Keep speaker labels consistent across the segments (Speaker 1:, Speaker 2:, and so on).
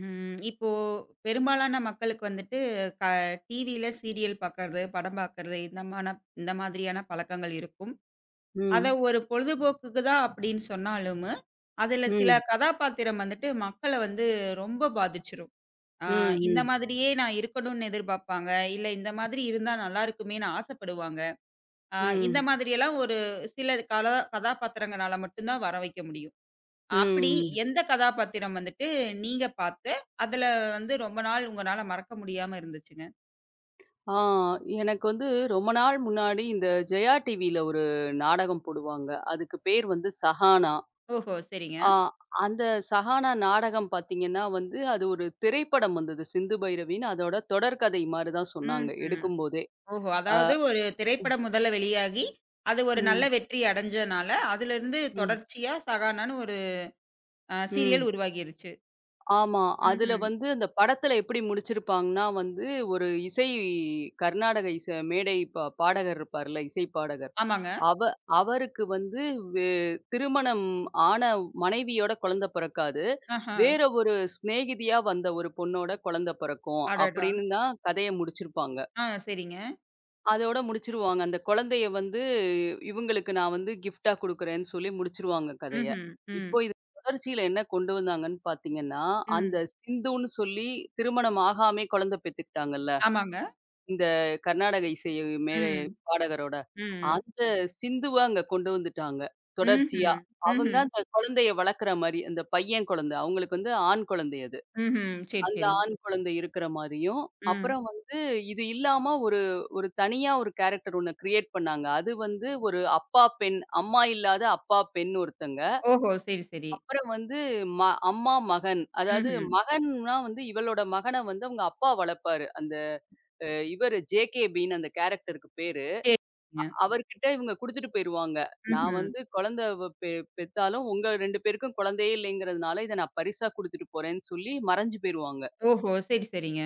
Speaker 1: ம். இப்போ பெரும்பாலான மக்களுக்கு வந்துட்டு க டிவியில சீரியல் பார்க்கறது, படம் பார்க்கறது இந்த மாதிரியான பழக்கங்கள் இருக்கும். அத
Speaker 2: ம்.
Speaker 1: ஒரு பொழுதுபோக்குக்கு தான் அப்படின்னு சொன்னாலும், அதுல சில
Speaker 2: ம்.
Speaker 1: கதாபாத்திரம் வந்துட்டு மக்கள வந்து ரொம்ப பாதிச்சுரும். ஆ
Speaker 2: ம்.
Speaker 1: இந்த
Speaker 2: ம்.
Speaker 1: மாதிரியே நான் இருக்கணும்னு எதிர்பார்ப்பாங்க. இல்ல இந்த மாதிரி இருந்தா நல்லா இருக்குமேன்னு ஆசைப்படுவாங்க. ஆ இந்த
Speaker 2: ம்.
Speaker 1: மாதிரியெல்லாம் ஒரு சில கதாபாத்திரங்கனால மட்டும் தான் வர வைக்க முடியும். அப்படி
Speaker 2: ம்.
Speaker 1: எந்த கதாபாத்திரம் வந்துட்டு நீங்க பார்த்து, அதுல வந்து ரொம்ப நாள் உங்கனால மறக்க முடியாம இருந்துச்சுங்க?
Speaker 2: ஆ எனக்கு வந்து ரொம்ப நாள் முன்னாடி இந்த ஜெயா டிவில ஒரு நாடகம் போடுவாங்க. அதுக்கு பேர் வந்து "சஹானா".
Speaker 1: ஓஹோ! சரிங்க.
Speaker 2: ஆ அந்த "சஹானா" நாடகம் பார்த்தீங்கன்னா வந்து, அது ஒரு திரைப்படம் வந்தது சிந்து பைரவின்னு. அதோட தொடர்கதை மாரி தான் சொன்னாங்க
Speaker 1: ம்ஹ்ம்.
Speaker 2: எடுக்கும்போதே.
Speaker 1: ஓஹோ!
Speaker 2: அ
Speaker 1: அதாவது ஒரு திரைப்படம் முதல்ல வெளியாகி, அது ஒரு நல்ல
Speaker 2: ம்.
Speaker 1: வெற்றி அடைஞ்சனால, அதிலிருந்து
Speaker 2: ம்.
Speaker 1: தொடர்ச்சியா சகானான்னு ஒரு
Speaker 2: ம்.
Speaker 1: சீரியல் உருவாகிருச்சு.
Speaker 2: ஆமா. அதுல
Speaker 1: ம்ஹ்ம்.
Speaker 2: வந்து அந்த படத்துல எப்படி முடிச்சிருப்பாங்கன்னா வந்து, ஒரு இசை கர்நாடக இசை மேடை பாடகர் இருப்பார்ல, இசை பாடகர்.
Speaker 1: ஆமாங்க.
Speaker 2: அவ அவருக்கு வந்து வே திருமணம் ஆன மனைவியோட குழந்தை பிறக்காது.
Speaker 1: ஆஹா!
Speaker 2: வேற ஒரு சிநேகிதியா வந்த ஒரு பொண்ணோட குழந்தை பிறக்கும்.
Speaker 1: அடடா!
Speaker 2: அப்படின்னு தான் கதைய முடிச்சிருப்பாங்க.
Speaker 1: ஆ சரிங்க.
Speaker 2: அதோட முடிச்சிருவாங்க. அந்த குழந்தைய வந்து இவங்களுக்கு நான் வந்து கிஃப்ட்டா குடுக்குறேன்னு சொல்லி முடிச்சிருவாங்க கதைய.
Speaker 1: ம்ஹ்ம். ம்.
Speaker 2: இப்போ இது தொடர்ச்சியில என்ன கொண்டு வந்தாங்கன்னு பார்த்தீங்கன்னா,
Speaker 1: ம்.
Speaker 2: அந்த
Speaker 1: ம்.
Speaker 2: சிந்துன்னு சொல்லி திருமணம் ஆகாமயே குழந்தை பெத்துக்கிட்டாங்கல்ல.
Speaker 1: ஆமாங்க.
Speaker 2: இந்த கர்நாடக இசை
Speaker 1: ம்.
Speaker 2: மேலே
Speaker 1: ம்.
Speaker 2: பாடகரோட.
Speaker 1: ம்.
Speaker 2: அந்த சிந்துவ அங்க கொண்டு வந்துட்டாங்க. தொடர்ச்சியா.
Speaker 1: ம்ஹ்ம்.
Speaker 2: அவங்க
Speaker 1: ம்ஹ்ம்.
Speaker 2: அந்த குழந்தைய வளர்க்குற மாரி, அந்த பையன் குழந்தை. அவங்களுக்கு வந்து ஆண் குழந்தை அது.
Speaker 1: ம்ஹ்ம். சரி,
Speaker 2: அந்த
Speaker 1: சரிங்க.
Speaker 2: ஆண் குழந்தை இருக்கிற மாரியும்,
Speaker 1: ம்.
Speaker 2: அப்புறம் வந்து இது இல்லாம ஒரு ஒரு தனியா ஒரு கேரக்டர் ஒண்ணு கிரியேட் பண்ணாங்க. அது வந்து ஒரு அப்பா, பெண். அம்மா இல்லாத அப்பா, பெண் ஒருத்தங்க.
Speaker 1: ஓஹோ! சரி, சரி.
Speaker 2: அப்புறம் வந்து ம அம்மா, மகன். அதாவது
Speaker 1: ம்ஹ்ம்.
Speaker 2: மகன்னா வந்து இவளோட மகன வந்து அவங்க அப்பா வளர்ப்பாரு. அந்த இவரு ஜேகேபின்னு அந்த கேரக்டருக்கு பேரு.
Speaker 1: சரிங்க.
Speaker 2: அவர்கிட்ட இவங்க குடுத்துட்டு போயிருவாங்க. நான்
Speaker 1: ம்ஹ்ம்.
Speaker 2: வந்து குழந்தை வ பெ பெத்தாலும் உங்க 2 பேருக்கும் குழந்தையே இல்லைங்கிறதுனால, இத நான் பரிசா குடுத்துட்டு போறேன்னு சொல்லி மறைஞ்சு போயிருவாங்க.
Speaker 1: ஓஹோ! சரி, சரிங்க.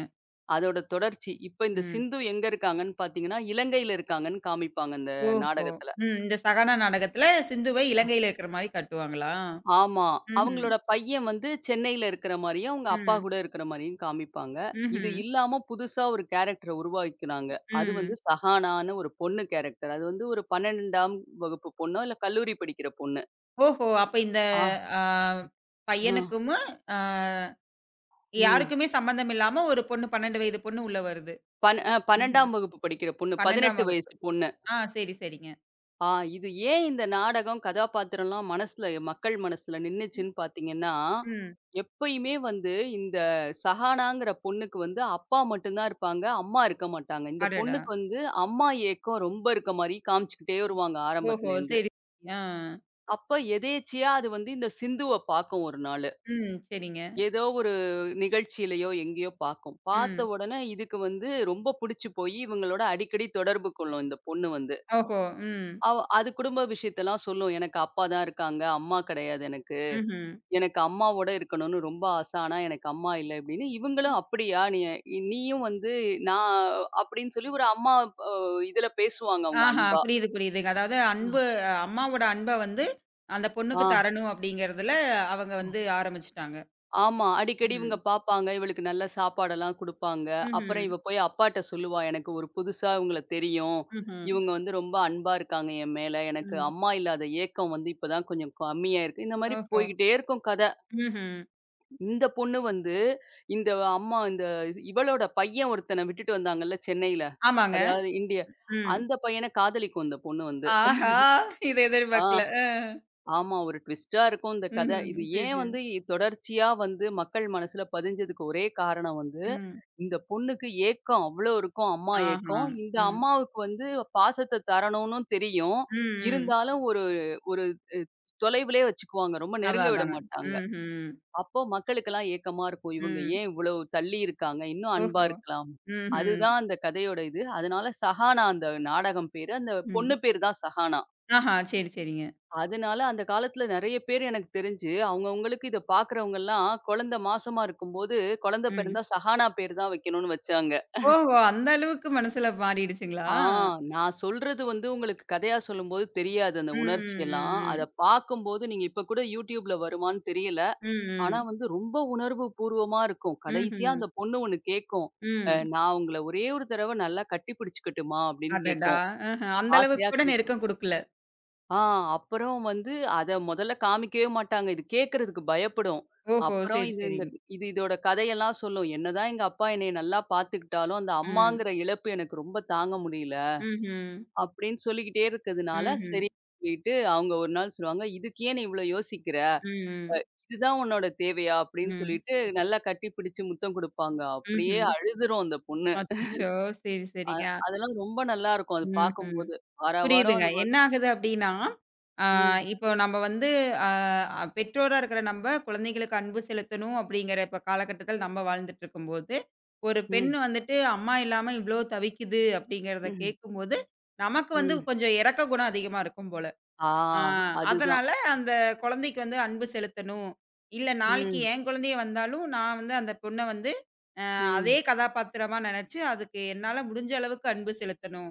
Speaker 2: அதோட தொடர்ச்சி. இப்ப இந்த
Speaker 1: ம்.
Speaker 2: சிந்து எங்க இருக்காங்கன்னு பார்த்தீங்கன்னா, இலங்கையில இருக்காங்கன்னு காமிப்பாங்க அந்த
Speaker 1: ஓஹோ!
Speaker 2: நாடகத்துல.
Speaker 1: ம். இந்த சகானா நாடகத்துல சிந்துவை இலங்கையில இருக்கிற மாரி காட்டுவாங்களா?
Speaker 2: ஆமா.
Speaker 1: ம்ஹ்ம்.
Speaker 2: அவங்களோட பையன் வந்து சென்னையில இருக்கிற மாரியும், அவங்க அப்பா
Speaker 1: ம்.
Speaker 2: கூட இருக்கிற மாரியும் காமிப்பாங்க. இது
Speaker 1: ம்ஹ்ம்.
Speaker 2: இல்லாம புதுசா ஒரு கேரக்டர உருவாக்கினாங்க. அது
Speaker 1: ம்.
Speaker 2: வந்து சஹானான்னு ஒரு பொண்ணு கேரக்டர். அது வந்து ஒரு 12ஆம் வகுப்பு பொண்ணோ, இல்ல கல்லூரி படிக்கிற பொண்ணு.
Speaker 1: ஓஹோ! அப்ப இந்த
Speaker 2: ஆ,
Speaker 1: ஆ
Speaker 2: அ,
Speaker 1: பையனுக்கும் ஆ
Speaker 2: ம்.
Speaker 1: யாருக்குமே சம்மந்தம் இல்லாம ஒரு பொண்ணு 12 வயது பொண்ணு உள்ள வருது.
Speaker 2: பன் அ
Speaker 1: ம்ஹ்ம்.
Speaker 2: 12ஆம் வகுப்பு படிக்கிற பொண்ணு.
Speaker 1: 12ஆம்
Speaker 2: 18
Speaker 1: வகுப்பு.
Speaker 2: வயசு பொண்ணு.
Speaker 1: ஆ சரி, சரிங்க.
Speaker 2: ஆ இது ஏன் இந்த நாடகம், கதாபாத்திரம்லாம் மக்கள் மனசுல நின்னுச்சுன்னு பார்த்தீங்கன்னா,
Speaker 1: ம்.
Speaker 2: எப்பயுமே வந்து இந்த சஹானாங்கிற பொண்ணுக்கு வந்து அப்பா மட்டும் தான் இருப்பாங்க. அம்மா இருக்க மாட்டாங்க. இந்த
Speaker 1: அடடா!
Speaker 2: பொண்ணுக்கு வந்து அம்மா ஏக்கம் ரொம்ப இருக்க மாரி காமிச்சுக்கிட்டே
Speaker 1: ம்.
Speaker 2: வருவாங்க
Speaker 1: ஓஹோ!
Speaker 2: ஆரம்பத்துலேருந்து.
Speaker 1: சரி. ஆ.
Speaker 2: அப்ப எதேர்ச்சையா அது வந்து இந்த சிந்துவ பார்க்கும் ஒரு நாளு.
Speaker 1: ம். சரிங்க.
Speaker 2: ஏதோ ஒரு நிகழ்ச்சியிலயோ எங்கேயோ பார்க்கும். பார்த்த
Speaker 1: ம்.
Speaker 2: உடனே இதுக்கு வந்து ரொம்ப புடிச்சு போயி இவங்களோட அடிக்கடி தொடர்பு கொள்ளும் இந்த பொண்ணு வந்து.
Speaker 1: ஓஹோ! ம்.
Speaker 2: அது குடும்ப விஷயத்தெல்லாம் சொல்லும். எனக்கு அப்பா தான் இருக்காங்க. அம்மா கிடையாது எனக்கு.
Speaker 1: ம்ஹ்ம்.
Speaker 2: எனக்கு அம்மாவோட இருக்கணும்னு ரொம்ப ஆச. ஆனா எனக்கு அம்மா இல்ல இப்படின்னு. இவங்களும் அப்படியா? நீயும் வந்து நான் அப்படின்னு சொல்லி ஒரு அம்மா அ இதுல பேசுவாங்க அவங்க
Speaker 1: ஆஹா.
Speaker 2: அன்பா.
Speaker 1: புரியுது, புரியுதுங்க. அதாவது அன்பு அம்மாவோட அன்ப வந்து அந்த
Speaker 2: ஆ.
Speaker 1: பொண்ணுக்கு தரணும் அப்படிங்கிறதுல அவங்க வந்து ஆரம்பிச்சுட்டாங்க.
Speaker 2: ஆமா. அடிக்கடி இவங்க
Speaker 1: ம்.
Speaker 2: பார்ப்பாங்க. இவளுக்கு நல்ல சாப்பாடெல்லாம் குடுப்பாங்க. அப்புறம்
Speaker 1: ம்ஹ்ம்.
Speaker 2: இவ போய் அப்பாட்ட சொல்லுவா. எனக்கு ஒரு புதுசா இவங்கள தெரியும்.
Speaker 1: ம்ஹ்ம்.
Speaker 2: இவங்க வந்து ரொம்ப அன்பா இருக்காங்க என் மேல. எனக்கு
Speaker 1: ம்.
Speaker 2: அம்மா இல்லாத ஏக்கம் வந்து இப்ப தான் கொஞ்சம் கம்மியா இருக்கு. இந்த மாரி
Speaker 1: ஓஹோ!
Speaker 2: போய்க்கிட்டே இருக்கும் கத.
Speaker 1: ம்ஹ்ம்.
Speaker 2: இந்த பொண்ணு வந்து, இந்த அம்மா இவளோட பையன் ஒருத்தன விட்டுட்டு வந்தாங்கல்ல சென்னையில.
Speaker 1: ஆமாங்க.
Speaker 2: அதாவது இந்திய
Speaker 1: ம்.
Speaker 2: அந்த பையன காதலிக்கும் இந்த பொண்ணு வந்து.
Speaker 1: ஆஹா! இத
Speaker 2: ஆ
Speaker 1: எதிர்பார்க்கல.
Speaker 2: ஆமா. ஒரு ட்விஸ்ட்டா இருக்கும் இந்த கத.
Speaker 1: ம்ஹ்ம்.
Speaker 2: இது
Speaker 1: சரி,
Speaker 2: ஏன்
Speaker 1: சரி.
Speaker 2: வந்து தொடர்ச்சியா வந்து மக்கள் மனசுல பதிஞ்சதுக்கு ஒரே காரணம் வந்து,
Speaker 1: ம்.
Speaker 2: இந்த பொண்ணுக்கு ஏக்கம் அவ்ளோ இருக்கும். அம்மா
Speaker 1: ஆஹா!
Speaker 2: ஏக்கம். இந்த
Speaker 1: ம்.
Speaker 2: அம்மாவுக்கு வந்து பாசத்த தரணும்னு தெரியும்.
Speaker 1: ம், ம்.
Speaker 2: இருந்தாலும் ஒரு ஒரு தொலைவிலே வச்சுக்குவாங்க. ரொம்ப நெருங்க
Speaker 1: அதான்,
Speaker 2: விட
Speaker 1: அதாங்க.
Speaker 2: மாட்டாங்க.
Speaker 1: ம்ஹ்ம்.
Speaker 2: அப்போ மக்களுக்கெல்லாம் ஏக்கமா இருக்கும். இவங்க
Speaker 1: ம்.
Speaker 2: ஏன் இவ்வளவு தள்ளி இருக்காங்க? இன்னும் அன்பா
Speaker 1: ஓஹோ!
Speaker 2: இருக்கலாம்.
Speaker 1: ம்ஹ்ம்.
Speaker 2: அதுதான் அந்த கதையோட இது. அதனால சஹானா அந்த நாடகம் பேரு. அந்த
Speaker 1: ம்.
Speaker 2: பொண்ணு பேரு தான் சஹானா.
Speaker 1: ஆஹா! சரி, சரிங்க.
Speaker 2: அதனால அந்த காலத்துல நெறைய பேர் எனக்கு தெரிஞ்சு, அவங்கவங்களுக்கு இத பார்க்குறவங்கலாம் குழந்தை மாசமா இருக்கும்போது, குழந்தை
Speaker 1: ம்.
Speaker 2: பிறந்தா சஹானா பேரு தான் வைக்கணும்னு வச்சாங்க.
Speaker 1: ஓஹோ! அந்த அளவுக்கு மனசுல மாறிடுச்சுங்களா?
Speaker 2: ஆ நான் சொல்றது வந்து உங்களுக்கு கதையா சொல்லும்போது தெரியாது அந்த
Speaker 1: ம், ம்,
Speaker 2: உணர்ச்சியெல்லாம்.
Speaker 1: ம்,
Speaker 2: அத
Speaker 1: ம்.
Speaker 2: பார்க்கும்போது நீங்க இப்ப கூட YouTubeல வருமான்னு தெரியல.
Speaker 1: ம்,
Speaker 2: ஆனா
Speaker 1: ம்.
Speaker 2: வந்து ரொம்ப உணர்வு பூர்வமா இருக்கும். கடைசியா
Speaker 1: ம்ஹ்ம்.
Speaker 2: அந்த பொண்ணு ஒண்ணு கேட்கும்.
Speaker 1: ம்.
Speaker 2: "நான் உங்கள ஒரே ஒரு தடவ நல்லா கட்டி பிடிச்சுக்கட்டுமா?" அப்படின்னு
Speaker 1: அடடா!
Speaker 2: கேட்கும்.
Speaker 1: ஆஹ. அந்த அளவுக்கு
Speaker 2: ஆசையா
Speaker 1: கூட
Speaker 2: கேட்கும்.
Speaker 1: நெருக்கம் குடுக்கல.
Speaker 2: ஆ அப்புறம் வந்து அத மொதல்ல காமிக்கவே மாட்டாங்க. இது கேட்கறதுக்கு பயப்படும்.
Speaker 1: ஓஹோ!
Speaker 2: அப்புறம்
Speaker 1: சரி,
Speaker 2: இது இந்த
Speaker 1: சரிங்க.
Speaker 2: இதோட கதையெல்லாம் சொல்லும். "என்னதான் எங்க அப்பா என்னைய நல்லா பார்த்துக்கிட்டாலும், அந்த
Speaker 1: ம்.
Speaker 2: அம்மாங்கிற இழப்பு எனக்கு ரொம்ப தாங்க முடியல."
Speaker 1: ம்ஹ்ம்.
Speaker 2: அப்படின்னு சொல்லிக்கிட்டே இருக்கிறதுனால,
Speaker 1: ம்ஹ்ம்.
Speaker 2: சரின்னு சொல்லிட்டு அவங்க ஒரு நாள் சொல்லுவாங்க, "இதுக்கு ஏன் நீ இவ்ளோ யோசிக்கிற?
Speaker 1: ம், ம்.
Speaker 2: இதுதான் உன்னோட தேவையா? அப்படின்னு
Speaker 1: ம்.
Speaker 2: சொல்லிட்டு நல்லா கட்டி பிடிச்சு முத்தம் குடுப்பாங்க. அப்படியே
Speaker 1: ம்ஹ்ம்.
Speaker 2: அழுதுரும் அந்த பொண்ணு.
Speaker 1: அச்சச்சோ! சரி,
Speaker 2: அ
Speaker 1: சரிங்க.
Speaker 2: அதெல்லாம் ரொம்ப நல்லா இருக்கும் அது
Speaker 1: ம்ஹ்ம்.
Speaker 2: பார்க்கும்போது. வாரா வாரம்
Speaker 1: புரியுதுங்க.
Speaker 2: அது வ-
Speaker 1: என்ன ஆகுது அப்டின்னா, ஆ
Speaker 2: ம்,
Speaker 1: இப்போ நம்ம வந்து அ அ பெற்றோரா இருக்கிற நம்ப குழந்தைகளுக்கு அன்பு செலுத்தணும் அப்டிங்கிற இப்ப காலகட்டத்தில நம்ம வாழ்ந்துட்டு இருக்கும்போது, ஒரு பெண்
Speaker 2: ம்,
Speaker 1: வந்துட்டு அம்மா இல்லாம இவ்ளோ தவிக்குது அப்டிங்கிறத
Speaker 2: ம்,
Speaker 1: கேட்கும்போது, நமக்கு வந்து
Speaker 2: ம்.
Speaker 1: கொஞ்சம் இரக்க குணம் அதிகமா இருக்கும் போல.
Speaker 2: ஆ
Speaker 1: ஆ
Speaker 2: அதுதான்.
Speaker 1: அதனால அந்த குழந்தைக்கு வந்து அன்பு செலுத்தணும். இல்ல நாளைக்கு
Speaker 2: ம்,
Speaker 1: என் குழந்தையே வந்தாலும், நான் வந்து அந்த பொண்ண வந்து அ அதே
Speaker 2: ம்,
Speaker 1: கதாபாத்திரமா நெனச்சு, அதுக்கு என்னால முடிஞ்ச அளவுக்கு அன்பு செலுத்தணும்.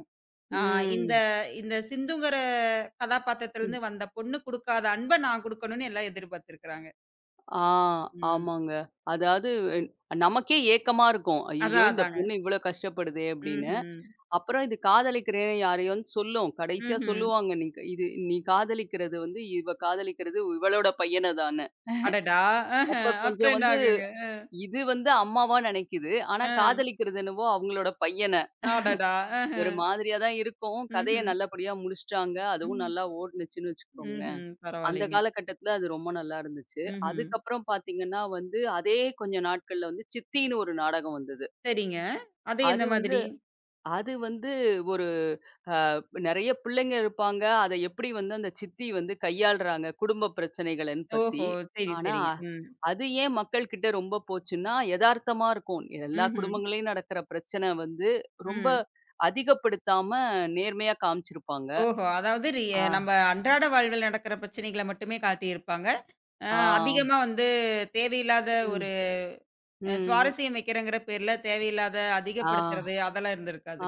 Speaker 1: ஆ இந்த
Speaker 2: ம்,
Speaker 1: இந்த சிந்துங்கிற
Speaker 2: ம்.
Speaker 1: கதாபாத்திரத்திலருந்து வந்த பொண்ணு குடுக்காத அன்ப நான் குடுக்கணும்னு எல்லாம் எதிர்பார்த்திருக்கிறாங்க.
Speaker 2: ஆ
Speaker 1: ம்.
Speaker 2: ஆமாங்க. அதாவது அஹ், நமக்கே ஏக்கமா இருக்கும். ஐயய்யோ!
Speaker 1: அதான்,
Speaker 2: இந்த
Speaker 1: அதாங்க.
Speaker 2: பொண்ணு இவ்வளோ கஷ்டப்படுதே அப்படின்னு.
Speaker 1: ம்ஹ்ம்.
Speaker 2: அப்புறம் இது காதலிக்கிறேன் யாரையோன்னு சொல்லும். கடைசியா
Speaker 1: ம்ஹ்ம்.
Speaker 2: சொல்லுவாங்க. நீ க- இது நீ காதலிக்கிறது வந்து இவ காதலிக்கிறது இவளோட பையன தான.
Speaker 1: அடடா! ஆஹ.
Speaker 2: அப்ப கொஞ்சம்
Speaker 1: அப்புறம் என்ன
Speaker 2: வந்து
Speaker 1: ஆகுங்க?
Speaker 2: இது வந்து அம்மாவா நினைக்குது. ஆனா
Speaker 1: ஆ.
Speaker 2: காதலிக்கிறது என்னவோ அவங்களோட பையன.
Speaker 1: அடடா! ஆஹ.
Speaker 2: ஒரு மாதிரியா தான் இருக்கும். கதைய
Speaker 1: ம்ஹ்ம்.
Speaker 2: நல்லபடியா முடிச்சுட்டாங்க. அதுவும்
Speaker 1: ம்.
Speaker 2: நல்லா ஓடுனுச்சுன்னு வச்சுக்கோங்களேன்.
Speaker 1: ம்ஹ்ம்.
Speaker 2: அந்த
Speaker 1: பரவாயில்லைங்க.
Speaker 2: காலகட்டத்தில அது ரொம்ப நல்லா இருந்துச்சு.
Speaker 1: ம்ஹ்ம்.
Speaker 2: அதுக்கப்புறம் பார்த்தீங்கன்னா வந்து, அதே கொஞ்ச நாட்கள்ல வந்து சித்தின்னு ஒரு நாடகம் வந்தது.
Speaker 1: சரிங்க. அது எந்த
Speaker 2: அது வந்து
Speaker 1: மாதிரி?
Speaker 2: அது வந்து ஒரு நெறைய பிள்ளைங்க இருப்பாங்க. அத எப்படி வந்து அந்த சித்தி வந்து கையாள்றாங்க, குடும்ப பிரச்சனைகளன்னு பத்தி.
Speaker 1: ஓஹோ! சரி,
Speaker 2: ஆனா,
Speaker 1: சரிங்க. ம்.
Speaker 2: அது ஏன் மக்கள்கிட்ட ரொம்ப போச்சுன்னா, எதார்த்தமா இருக்கும். எல்லா
Speaker 1: ம்ஹ்ம்.
Speaker 2: குடும்பங்கள்லயும் நடக்கிற பிரச்சன வந்து ரொம்ப
Speaker 1: ம்.
Speaker 2: அதிகப்படுத்தாம நேர்மையா காமிச்சிருப்பாங்க.
Speaker 1: ஓஹோ! அதாவது
Speaker 2: ஆ,
Speaker 1: நம்ம அன்றாட வாழ்வில் நடக்கிற பிரச்சனைகள மட்டுமே காட்டியிருப்பாங்க. அ
Speaker 2: ஆ,
Speaker 1: அதிகமா வந்து தேவையில்லாத ஒரு
Speaker 2: ம், ம்.
Speaker 1: சுவாரஸ்யம் வைக்கிறங்கிற பேர்ல தேவையில்லாத
Speaker 2: ஆ,
Speaker 1: அதிகப்படுத்துறது அதெல்லாம்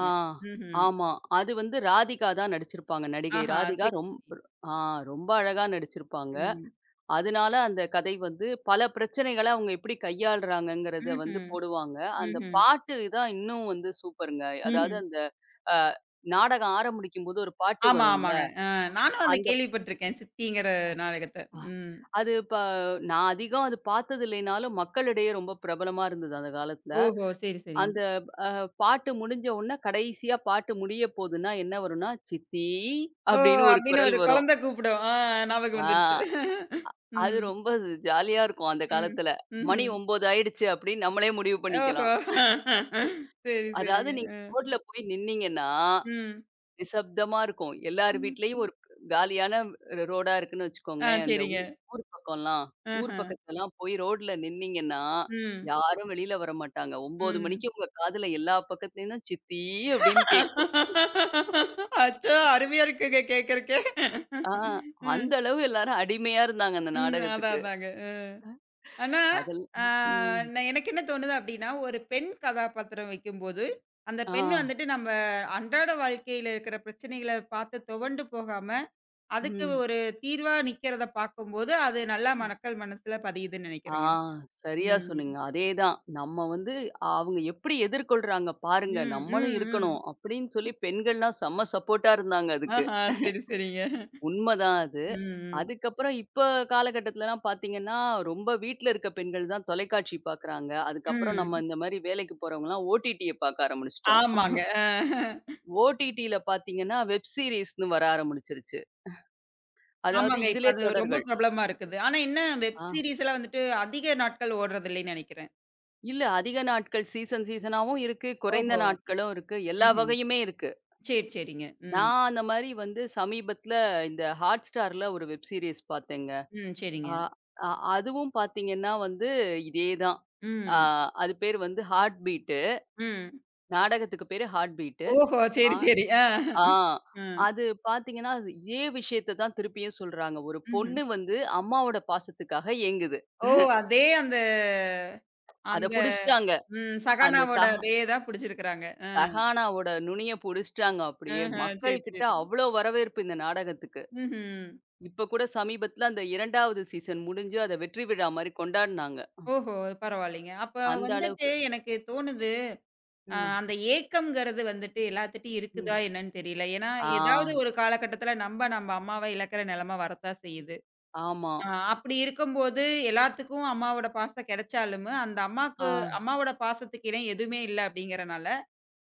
Speaker 2: ஆ.
Speaker 1: ம்ஹ்ம்.
Speaker 2: ஆமா. அது வந்து ராதிகா தான் நடிச்சிருப்பாங்க. நடிகை
Speaker 1: ஆஹா!
Speaker 2: ராதிகா
Speaker 1: சரி.
Speaker 2: ரொம் ஆ ரொம்ப அழகா நடிச்சிருப்பாங்க.
Speaker 1: ம்.
Speaker 2: அதனால அந்த கதை வந்து பல பிரச்சனைகள அவங்க எப்படி கையாளுறாங்கங்கிறத வந்து
Speaker 1: ம்ஹ்ம்.
Speaker 2: போடுவாங்க. அந்த
Speaker 1: ம்ஹ்ம்.
Speaker 2: பாட்டு தான் இன்னும் வந்து சூப்பருங்க. அதாவது
Speaker 1: ம்ஹ்ம்.
Speaker 2: அந்த அ நாடகம் ஆரம்பிக்கும்போது ஒரு பாட்டு
Speaker 1: ஆமா,
Speaker 2: வரும்ல.
Speaker 1: ஆமாங்க. நானும் அத
Speaker 2: அந்த
Speaker 1: கேள்விப்பட்டுருக்கேன். சித்திங்கிற நாடகத்த.
Speaker 2: ப
Speaker 1: ம்.
Speaker 2: அது இப்ப நான் அதிகம் அது பார்த்தது இல்லைனாலும், மக்களிடையே ரொம்ப பிரபலமா இருந்தது அந்த காலத்துல.
Speaker 1: ஓஹோ! சரி, சரிங்க.
Speaker 2: அந்த அ பாட்டு முடிஞ்ச உடனே கடைசியா பாட்டு முடிய போதுன்னா என்ன வரும்னா, "சித்தி"
Speaker 1: ஓ!
Speaker 2: அப்படின்னு ஒரு
Speaker 1: அப்படின்னு
Speaker 2: குரல்
Speaker 1: ஒரு
Speaker 2: வரும்.
Speaker 1: குழந்தை கூப்பிடும். ஆ ஞாபகம்
Speaker 2: ஆ
Speaker 1: வந்துருச்சு.
Speaker 2: அது
Speaker 1: ம்,
Speaker 2: ரொம்ப ஜாலியா இருக்கும் அந்த
Speaker 1: ம்,
Speaker 2: காலத்துல. மணி
Speaker 1: ம்ஹ்ம்.
Speaker 2: 9 ஆயிடுச்சு அப்படின்னு நம்மளே முடிவு பண்ணிக்கலாம்.
Speaker 1: ஓஹோ! சரி,
Speaker 2: அதாவது நீங்க
Speaker 1: சரிங்க.
Speaker 2: ரோட்ல போய் நின்னீங்கன்னா,
Speaker 1: ம்,
Speaker 2: நிசப்தமா இருக்கும். எல்லார்
Speaker 1: ம்.
Speaker 2: வீட்லயும் ஒரு காலியான ரோடா இருக்குன்னு
Speaker 1: ஆ
Speaker 2: வச்சுக்கோங்களேன். அந்த ஊ
Speaker 1: சரிங்க.
Speaker 2: ஊர் பக்கம்லாம்.
Speaker 1: ஆஹ.
Speaker 2: ஊர் பக்கத்துலலாம் போய் ரோட்ல நின்னீங்கன்னா,
Speaker 1: ம்,
Speaker 2: யாரும் வெளில வரமாட்டாங்க. 9:00
Speaker 1: ம்.
Speaker 2: மணிக்கு உங்க காதுல எல்லா பக்கத்துலருந்தும் சித்தி அப்படின்னு கேட்கும்.
Speaker 1: அச்சோ! அருமையா இருக்குங்க கேட்கறக்கே.
Speaker 2: ஆ அந்த
Speaker 1: ம்,
Speaker 2: அளவு எல்லாரும் அடிமையா இருந்தாங்க அந்த
Speaker 1: ம். அதான்,
Speaker 2: நாடகத்துக்கு.
Speaker 1: அதாங்க. ஆனா, ஆ
Speaker 2: அதெல்லாம் ம்.
Speaker 1: நான் எனக்கு என்ன தோணுது அப்படின்னா, ஒரு பெண் கதாபாத்திரம் வைக்கும்போது, அந்த
Speaker 2: ஆ.
Speaker 1: பெண் வந்துட்டு நம்ம அன்றாட வாழ்க்கையில இருக்கிற பிரச்சனைகள பார்த்து துவண்டு போகாம அதுக்கு
Speaker 2: ம்.
Speaker 1: ஒரு தீர்வா நிக்கிறத பார்க்கும்போது, அது நல்லா மக்கள் மனசுல பதியுதுன்னு
Speaker 2: ஆ,
Speaker 1: நெனைக்கிறேங்க.
Speaker 2: சரியா
Speaker 1: ம்.
Speaker 2: சொன்னீங்க. அதேதான். நம்ம வந்து அவங்க எப்படி எதிர்கொள்றாங்க பாருங்க,
Speaker 1: ம், ம்,
Speaker 2: நம்மளும்
Speaker 1: ம்.
Speaker 2: இருக்கணும் அப்படின்னு சொல்லி பெண்கள்லாம் செம்ம சப்போர்ட்டா இருந்தாங்க அதுக்கு.
Speaker 1: ஆஹா, சரி, சரிங்க.
Speaker 2: உண்மதான் அது.
Speaker 1: ம், ம்,
Speaker 2: அதுக்கப்புறம் இப்ப காலகட்டத்துலலாம் பார்த்தீங்கன்னா, ரொம்ப வீட்ல இருக்க பெண்கள் தான் தொலைக்காட்சி பார்க்குறாங்க. அதுக்கப்புறம் நம்ம
Speaker 1: ம்.
Speaker 2: இந்த மாரி வேலைக்கு போறவங்கலாம் ஓடிடிய பார்க்க ஆரம்பிச்சுட்டோம்.
Speaker 1: ஆமாங்க.
Speaker 2: ஓடிடில பார்த்தீங்கன்னா, வெப் சீரிஸ்ன்னு வர ஆரம்பிச்சுருச்சு. அதாவது
Speaker 1: ஆமாங்க. இப்ப
Speaker 2: இதிலே
Speaker 1: அது ரொம்ப
Speaker 2: தொடர்கள்.
Speaker 1: பிரபலமா இருக்குது. ஆனா என்ன வெப்
Speaker 2: ஆ,
Speaker 1: சீரிஸ் எல்லாம் வந்துட்டு அதிக நாட்கள் ஓடுறதில்லைன்னு நெனைக்கிறேன்.
Speaker 2: இல்ல அதிக நாட்கள் சீசன் சீசனாவும் இருக்கு, குறைந்த
Speaker 1: ஓஹோ!
Speaker 2: நாட்களும் இருக்கு. எல்லா
Speaker 1: ம்ஹ்ம்.
Speaker 2: வகையுமே இருக்கு.
Speaker 1: சரி, சரிங்க. ம்,
Speaker 2: நான் அந்த மாரி வந்து சமீபத்தில இந்த Hotstarல ஒரு வெப் சீரிஸ் பார்த்தேங்க.
Speaker 1: ம். சரிங்க.
Speaker 2: அ அ அதுவும் பார்த்தீங்கன்னா வந்து இதே தான். அ
Speaker 1: ம்,
Speaker 2: அது பேரு வந்து ஹார்ட் பீட்டு.
Speaker 1: ம்.
Speaker 2: நாடகத்துக்கு பேரு ஹார்ட் பீட்டு.
Speaker 1: ஓஹோ!
Speaker 2: ஆ
Speaker 1: சரி, சரி. ஆ.
Speaker 2: ஆ
Speaker 1: ம்.
Speaker 2: அது பார்த்தீங்கன்னா, அது இதே விஷயத்த தான் திருப்பியும் சொல்றாங்க. ஒரு
Speaker 1: ம்ஹ்ம்.
Speaker 2: பொண்ணு வந்து அம்மாவோட பாசத்துக்காக ஏங்குது.
Speaker 1: ஓ! அதே அந்த
Speaker 2: அத
Speaker 1: அந்த
Speaker 2: புடிச்சுட்டாங்க.
Speaker 1: ம்.
Speaker 2: அந்த
Speaker 1: சகானாவோட
Speaker 2: சஹா
Speaker 1: அதே தான் புடிச்சிருக்கிறாங்க. அ.
Speaker 2: சஹானாவோட நுனிய புடிச்சுட்டாங்க அப்படியே.
Speaker 1: ஆஹா.
Speaker 2: மக்கள்
Speaker 1: சரி,
Speaker 2: கிட்ட
Speaker 1: சரி.
Speaker 2: அவ்ளோ வரவேற்பு இந்த நாடகத்துக்கு.
Speaker 1: ம்ஹ்ம்.
Speaker 2: இப்ப கூட சமீபத்தில அந்த 2வது சீசன் முடிஞ்சு, அத வெற்றி விழா மாரி கொண்டாடுனாங்க.
Speaker 1: ஓஹோ! பரவாயில்லைங்க. அப்ப
Speaker 2: அந்த
Speaker 1: வந்துட்டு
Speaker 2: அளவுக்கு.
Speaker 1: எனக்கு தோணுது,
Speaker 2: ம்,
Speaker 1: அந்த ஏக்கம்ங்கிறது வந்துட்டு எல்லாத்துட்டயும்
Speaker 2: ம்.
Speaker 1: இருக்குதா என்னன்னு தெரியல. ஏன்னா,
Speaker 2: ஆ,
Speaker 1: ஏதாவது ஒரு காலகட்டத்தில நம்ம அம்மாவ இழக்கிற நிலைமை வரத்தான் செய்யுது.
Speaker 2: ஆமா.
Speaker 1: அ அப்படி இருக்கும்போது எல்லாத்துக்கும் அம்மாவோட பாசம் கிடைச்சாலுமே, அந்த
Speaker 2: ஆ,
Speaker 1: அம்மாக்கு அம்மாவோட பாசத்துக்கு இணை எதுவுமே இல்ல அப்படிங்கிறனால,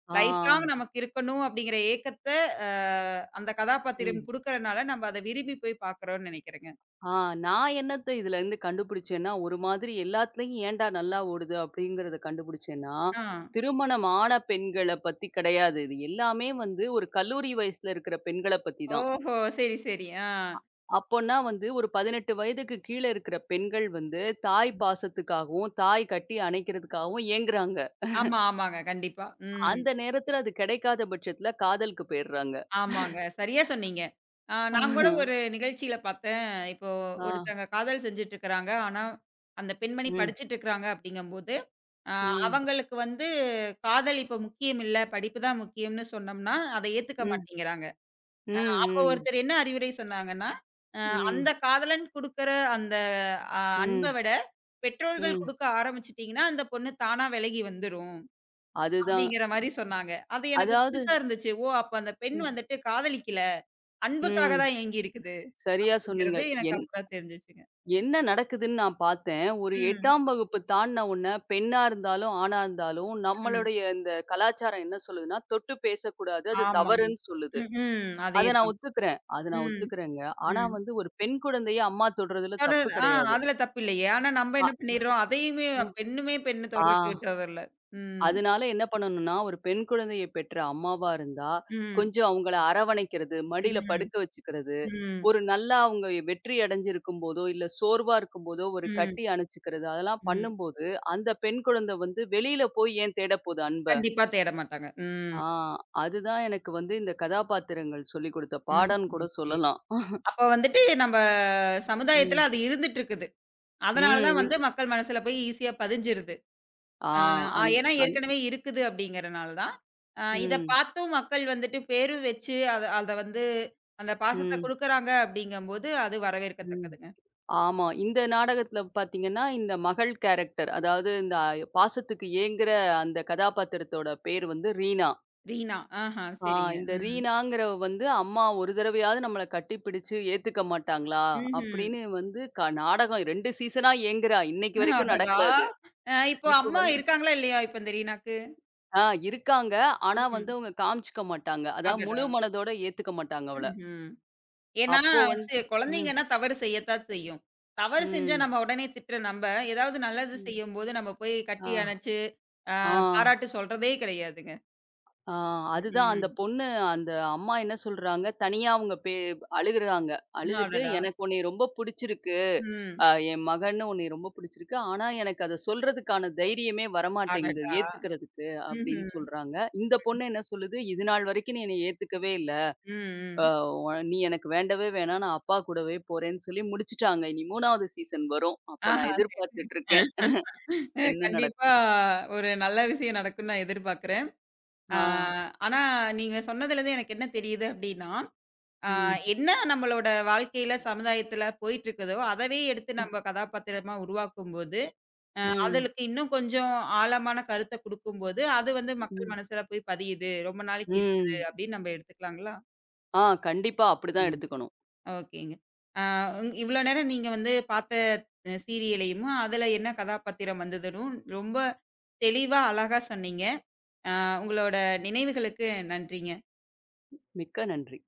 Speaker 2: ஆ,
Speaker 1: லைஃப் லாங் நமக்கு இருக்கணும் அப்படிங்கிற ஏக்கத்த, அ அந்த கதாபாத்திரம்
Speaker 2: ம்.
Speaker 1: குடுக்கறனால, நம்ம அத விரும்பி போய் பார்க்குறோம்னு நினைக்கிறேங்க.
Speaker 2: ஆ நான் என்னத்த இதுலருந்து கண்டுபிடிச்சேன்னா, ஒரு மாதிரி எல்லாத்துலயும் ஏன்டா நல்லா ஓடுது அப்படிங்கிறத கண்டுபிடிச்சேன்னா,
Speaker 1: ஆ.
Speaker 2: திருமணம் ஆன பெண்கள பத்தி கிடையாது இது. எல்லாமே வந்து ஒரு கல்லூரி வயசுல இருக்கிற பெண்கள பத்தி தான்.
Speaker 1: ஓஹோ! சரி, சரி. ஆ.
Speaker 2: அப்போன்னா வந்து ஒரு 18 வயதுக்கு கீழ இருக்கிற பெண்கள் வந்து, தாய் பாசத்துக்காகவும், தாய் கட்டி அணைக்கிறதுக்காகவும் ஏங்குறாங்க.
Speaker 1: ஆமா, ஆமாங்க. கண்டிப்பா. ம்.
Speaker 2: அந்த நேரத்துல அது கிடைக்காத பட்சத்துல காதலுக்கு போயிடுறாங்க.
Speaker 1: ஆமாங்க. சரியா சொன்னீங்க. ஆ நான் கூட ஒரு நிகழ்ச்சியில பார்த்தேன். இப்போ
Speaker 2: ஆ.
Speaker 1: ஒருத்தங்க காதல் செஞ்சுட்டு இருக்கிறாங்க. ஆனா, அந்த பெண்மணி
Speaker 2: ம்.
Speaker 1: படிச்சுட்டு இருக்கிறாங்க அப்படிங்கும்போது, அ
Speaker 2: ம்.
Speaker 1: அவங்களுக்கு வந்து காதல் இப்ப முக்கியம் இல்ல, படிப்பு தான் முக்கியம்னு சொன்னோம்னா, அத ஏத்துக்க
Speaker 2: ம்.
Speaker 1: மாட்டேங்கிறாங்க.
Speaker 2: ம்.
Speaker 1: அப்போ
Speaker 2: ம்.
Speaker 1: ஒருத்தர் என்ன அறிவுரை சொன்னாங்கன்னா, அ
Speaker 2: ம்.
Speaker 1: அந்த காதலன் குடுக்குற அந்த அன்ப
Speaker 2: ம்.
Speaker 1: விட, பெற்றோர்கள்
Speaker 2: ம்.
Speaker 1: குடுக்க ஆரம்பிச்சுட்டீங்கன்னா, அந்த பொண்ணு தானா விலகி வந்துரும்.
Speaker 2: அதுதான்.
Speaker 1: அப்படிங்கிற மாரி சொன்னாங்க. அது எனக்கு
Speaker 2: அதாவது
Speaker 1: புதுசா இருந்துச்சு. ஓ! அப்ப அந்த பெண்
Speaker 2: ம்.
Speaker 1: வந்துட்டு காதலிக்கல. அன்புக்காக
Speaker 2: ம்.
Speaker 1: தான் ஏங்கி இருக்குது.
Speaker 2: சரியா சொன்னீங்க.
Speaker 1: அப்படிங்கிறது எனக்கு
Speaker 2: என்
Speaker 1: அப்பதான் தெரிஞ்சுச்சுங்க.
Speaker 2: என்ன நடக்குதுன்னு நான் பார்த்தேன். ஒரு
Speaker 1: ம்,
Speaker 2: 8ஆம் வகுப்பு தாண்டுன உடனே பெண்ணா இருந்தாலும், ஆணா இருந்தாலும்
Speaker 1: ம்.
Speaker 2: நம்மளுடைய இந்த கலாச்சாரம் என்ன சொல்லுதுன்னா, தொட்டு பேசக்கூடாது. அது
Speaker 1: ஆமாங்க.
Speaker 2: தவறுன்னு சொல்லுது.
Speaker 1: ம், ம்.
Speaker 2: அத நான்
Speaker 1: அதேதான்.
Speaker 2: ஒத்துக்கிறேன். அத நான்
Speaker 1: ம்,
Speaker 2: ஒத்துக்கிறேங்க. ஆனா
Speaker 1: ம்.
Speaker 2: வந்து ஒரு பெண் குழந்தைய அம்மா தொடுறதுல தப்பு
Speaker 1: தொடர் ஆ
Speaker 2: கிடையாது.
Speaker 1: அதுல தப்பில்லையே. ஆனா நம்ம
Speaker 2: அ.
Speaker 1: என்ன பண்ணிடுறோம், அதையுமே
Speaker 2: ம்.
Speaker 1: பெண்ணுமே பெண்ணு
Speaker 2: ஆ.
Speaker 1: தொடர்புகிட்டதில்ல. ம்,
Speaker 2: அதனால என்ன பண்ணணும்னா, ஒரு பெண் குழந்தையை பெற்ற அம்மாவா இருந்தா,
Speaker 1: ம்,
Speaker 2: கொஞ்சம் அவங்கள அரவணைக்கிறது, மடியில
Speaker 1: ம்,
Speaker 2: படுக்க வச்சுக்கிறது,
Speaker 1: ம்,
Speaker 2: ஒரு நல்லா அவங்க வெற்றி அடைஞ்சிருக்கும்போதோ, இல்ல சோர்வா இருக்கும்போதோ, ஒரு
Speaker 1: ம்,
Speaker 2: கட்டி அணைச்சுக்கிறது, அதெல்லாம்
Speaker 1: ம்.
Speaker 2: பண்ணும்போது, அந்த பெண் குழந்தை வந்து வெளியில போய் ஏன் தேட போகுது அன்ப?
Speaker 1: கண்டிப்பா தேட மாட்டாங்க. ம்,
Speaker 2: ஆ அதுதான் எனக்கு வந்து இந்த கதாபாத்திரங்கள் சொல்லிக் கொடுத்த
Speaker 1: ம்,
Speaker 2: பாடம்ன்னு கூட
Speaker 1: ம். சரி.
Speaker 2: சொல்லலாம்.
Speaker 1: அப்ப வந்துட்டு நம்ம
Speaker 2: ம்.
Speaker 1: சமுதாயத்துல அது இருந்துட்டு இருக்குது. அதனால
Speaker 2: ம்.
Speaker 1: தான்
Speaker 2: இன்
Speaker 1: வந்து மக்கள் மனசுல போய் ஈஸியா பதிஞ்சிருது.
Speaker 2: ஆ
Speaker 1: அ அ
Speaker 2: அந்
Speaker 1: ஏன்னா
Speaker 2: அந்
Speaker 1: ஏற்கனவே இருக்குது அப்படிங்கிறனால தான். இத
Speaker 2: ம்.
Speaker 1: பார்த்தும் மக்கள் வந்துட்டு பேரும் வச்சு அத அத வந்து அந்த பாசத்த
Speaker 2: ம்.
Speaker 1: குடுக்குறாங்க அப்படிங்கும்போது, அது
Speaker 2: ம்.
Speaker 1: வரவேற்கத்தக்கதுங்க.
Speaker 2: ஆமா. இந்த நாடகத்துல பாத்தீங்கன்னா, இந்த மகள் கேரக்டர் அதாவது இந்த பாசத்துக்கு ஏங்குற அந்த கதாபாத்திரத்தோட பேர் வந்து ரீனா.
Speaker 1: ரீனா. ஆஹா
Speaker 2: ஆ
Speaker 1: சரிங்க.
Speaker 2: இந்த
Speaker 1: ம்.
Speaker 2: ரீனாங்கிறவ வந்து, "அம்மா ஒரு தடவையாவது நம்மள கட்டிப்பிடிச்சு ஏத்துக்க மாட்டாங்களா?"
Speaker 1: ம்ஹ்ம்.
Speaker 2: அப்படின்னு வந்து நாடகம் 2 சீசனா ஏங்குறா. இன்னைக்கு வரைக்கும்
Speaker 1: அடடா!
Speaker 2: நடக்கல அது.
Speaker 1: இப்போ
Speaker 2: இப்ப
Speaker 1: அம்மா
Speaker 2: வந்து
Speaker 1: இருக்காங்களா இல்லையா? இப்ப இந்த ரீனாக்கு?
Speaker 2: ஆ இருக்காங்க. ஆனா வந்து
Speaker 1: ம்.
Speaker 2: அவங்க காமிச்சுக்க மாட்டாங்க. அதாவது
Speaker 1: அடடா!
Speaker 2: முழு மனதோட ஏத்துக்க மாட்டாங்க அவள.
Speaker 1: ம்ஹ்ம். ஏன்னா
Speaker 2: அப்போ வந்து ம்,
Speaker 1: குழந்தைங்கன்னா தவறு செய்யத்தான் செய்யும். தவறு செஞ்சா
Speaker 2: ம்,
Speaker 1: நம்ம உடனே திட்டுற நம்ப, ஏதாவது நல்லது
Speaker 2: ம்.
Speaker 1: செய்யும்போது நம்ம போய்
Speaker 2: ஆ,
Speaker 1: கட்டி அணைச்சு
Speaker 2: ஆ.
Speaker 1: பாராட்டு சொல்றதே கிடையாதுங்க.
Speaker 2: ஆ
Speaker 1: ம்.
Speaker 2: அதுதான் அந்த
Speaker 1: ம்.
Speaker 2: பொண்ணு அந்த அம்மா என்ன சொல்றாங்க, தனியா அவங்க பே அழுகுறாங்க. அழுதுட்டு,
Speaker 1: அடடா!
Speaker 2: "எனக்கு உன்னைய ரொம்ப புடிச்சிருக்கு.
Speaker 1: ம்.
Speaker 2: என் மகன்னு உன்னைய ரொம்ப புடிச்சிருக்கு. ஆனா, எனக்கு அத சொல்றதுக்கான தைரியமே வரமாட்டேங்குது,
Speaker 1: அடடா!
Speaker 2: ஏத்துக்கிறதுக்கு" அப்படின்னு
Speaker 1: ம்ஹ்ம்.
Speaker 2: சொல்றாங்க. இந்த பொண்ணு என்ன சொல்லுது, "இது நாள் வரைக்கும் நீ என்னைய ஏத்துக்கவே இல்ல.
Speaker 1: ம்,
Speaker 2: அ
Speaker 1: ம்.
Speaker 2: ஒ நீ எனக்கு வேண்டவே வேணாம். நான் அப்பா கூடவே போறேன்னு" சொல்லி முடிச்சுட்டாங்க. இனி 3வது சீசன் வரும். அப்ப நான்
Speaker 1: ஆஹா. சரி,
Speaker 2: எதிர்பார்த்துட்டு
Speaker 1: சரி.
Speaker 2: இருக்கேன்.
Speaker 1: அ
Speaker 2: என்ன
Speaker 1: கண்டிப்பா
Speaker 2: நடக்கும்?
Speaker 1: ஒரு நல்ல விஷயம் நடக்கும்னு நான் எதிர்பார்க்கிறேன். ஆ
Speaker 2: ஆ.
Speaker 1: ஆனா நீங்க சொன்னதுலருந்து எனக்கு என்ன தெரியுது அப்டின்னா, ஆ
Speaker 2: ம்.
Speaker 1: என்ன நம்மளோட வாழ்க்கையில, சமுதாயத்தில போயிட்டுருக்குதோ, அதவே எடுத்து
Speaker 2: ம்.
Speaker 1: நம்ம கதாபாத்திரமா உருவாக்கும்போது,
Speaker 2: ம்.
Speaker 1: அதுக்கு இன்னும் கொஞ்சம் ஆழமான கருத்த குடுக்கும்போது, அது வந்து மக்கள்
Speaker 2: ம்.
Speaker 1: மனசுல போய் பதியுது. ரொம்ப நாளைக்கு இருக்குது
Speaker 2: ம்.
Speaker 1: அப்டின்னு நம்ம எடுத்துக்கலாங்களா?
Speaker 2: ஆ, கண்டிப்பா. அப்படிதான் எடுத்துக்கணும்.
Speaker 1: ஓகேங்க. ஆ இவ்ளோ நேரம் நீங்க வந்து பார்த்த சீரியலையும், அதுல என்ன கதாபாத்திரம் வந்ததுன்னும் ரொம்ப தெளிவா, அழகா சொன்னீங்க. ஆ உங்களோட நினைவுகளுக்கு நன்றிங்க.
Speaker 2: மிக்க நன்றி.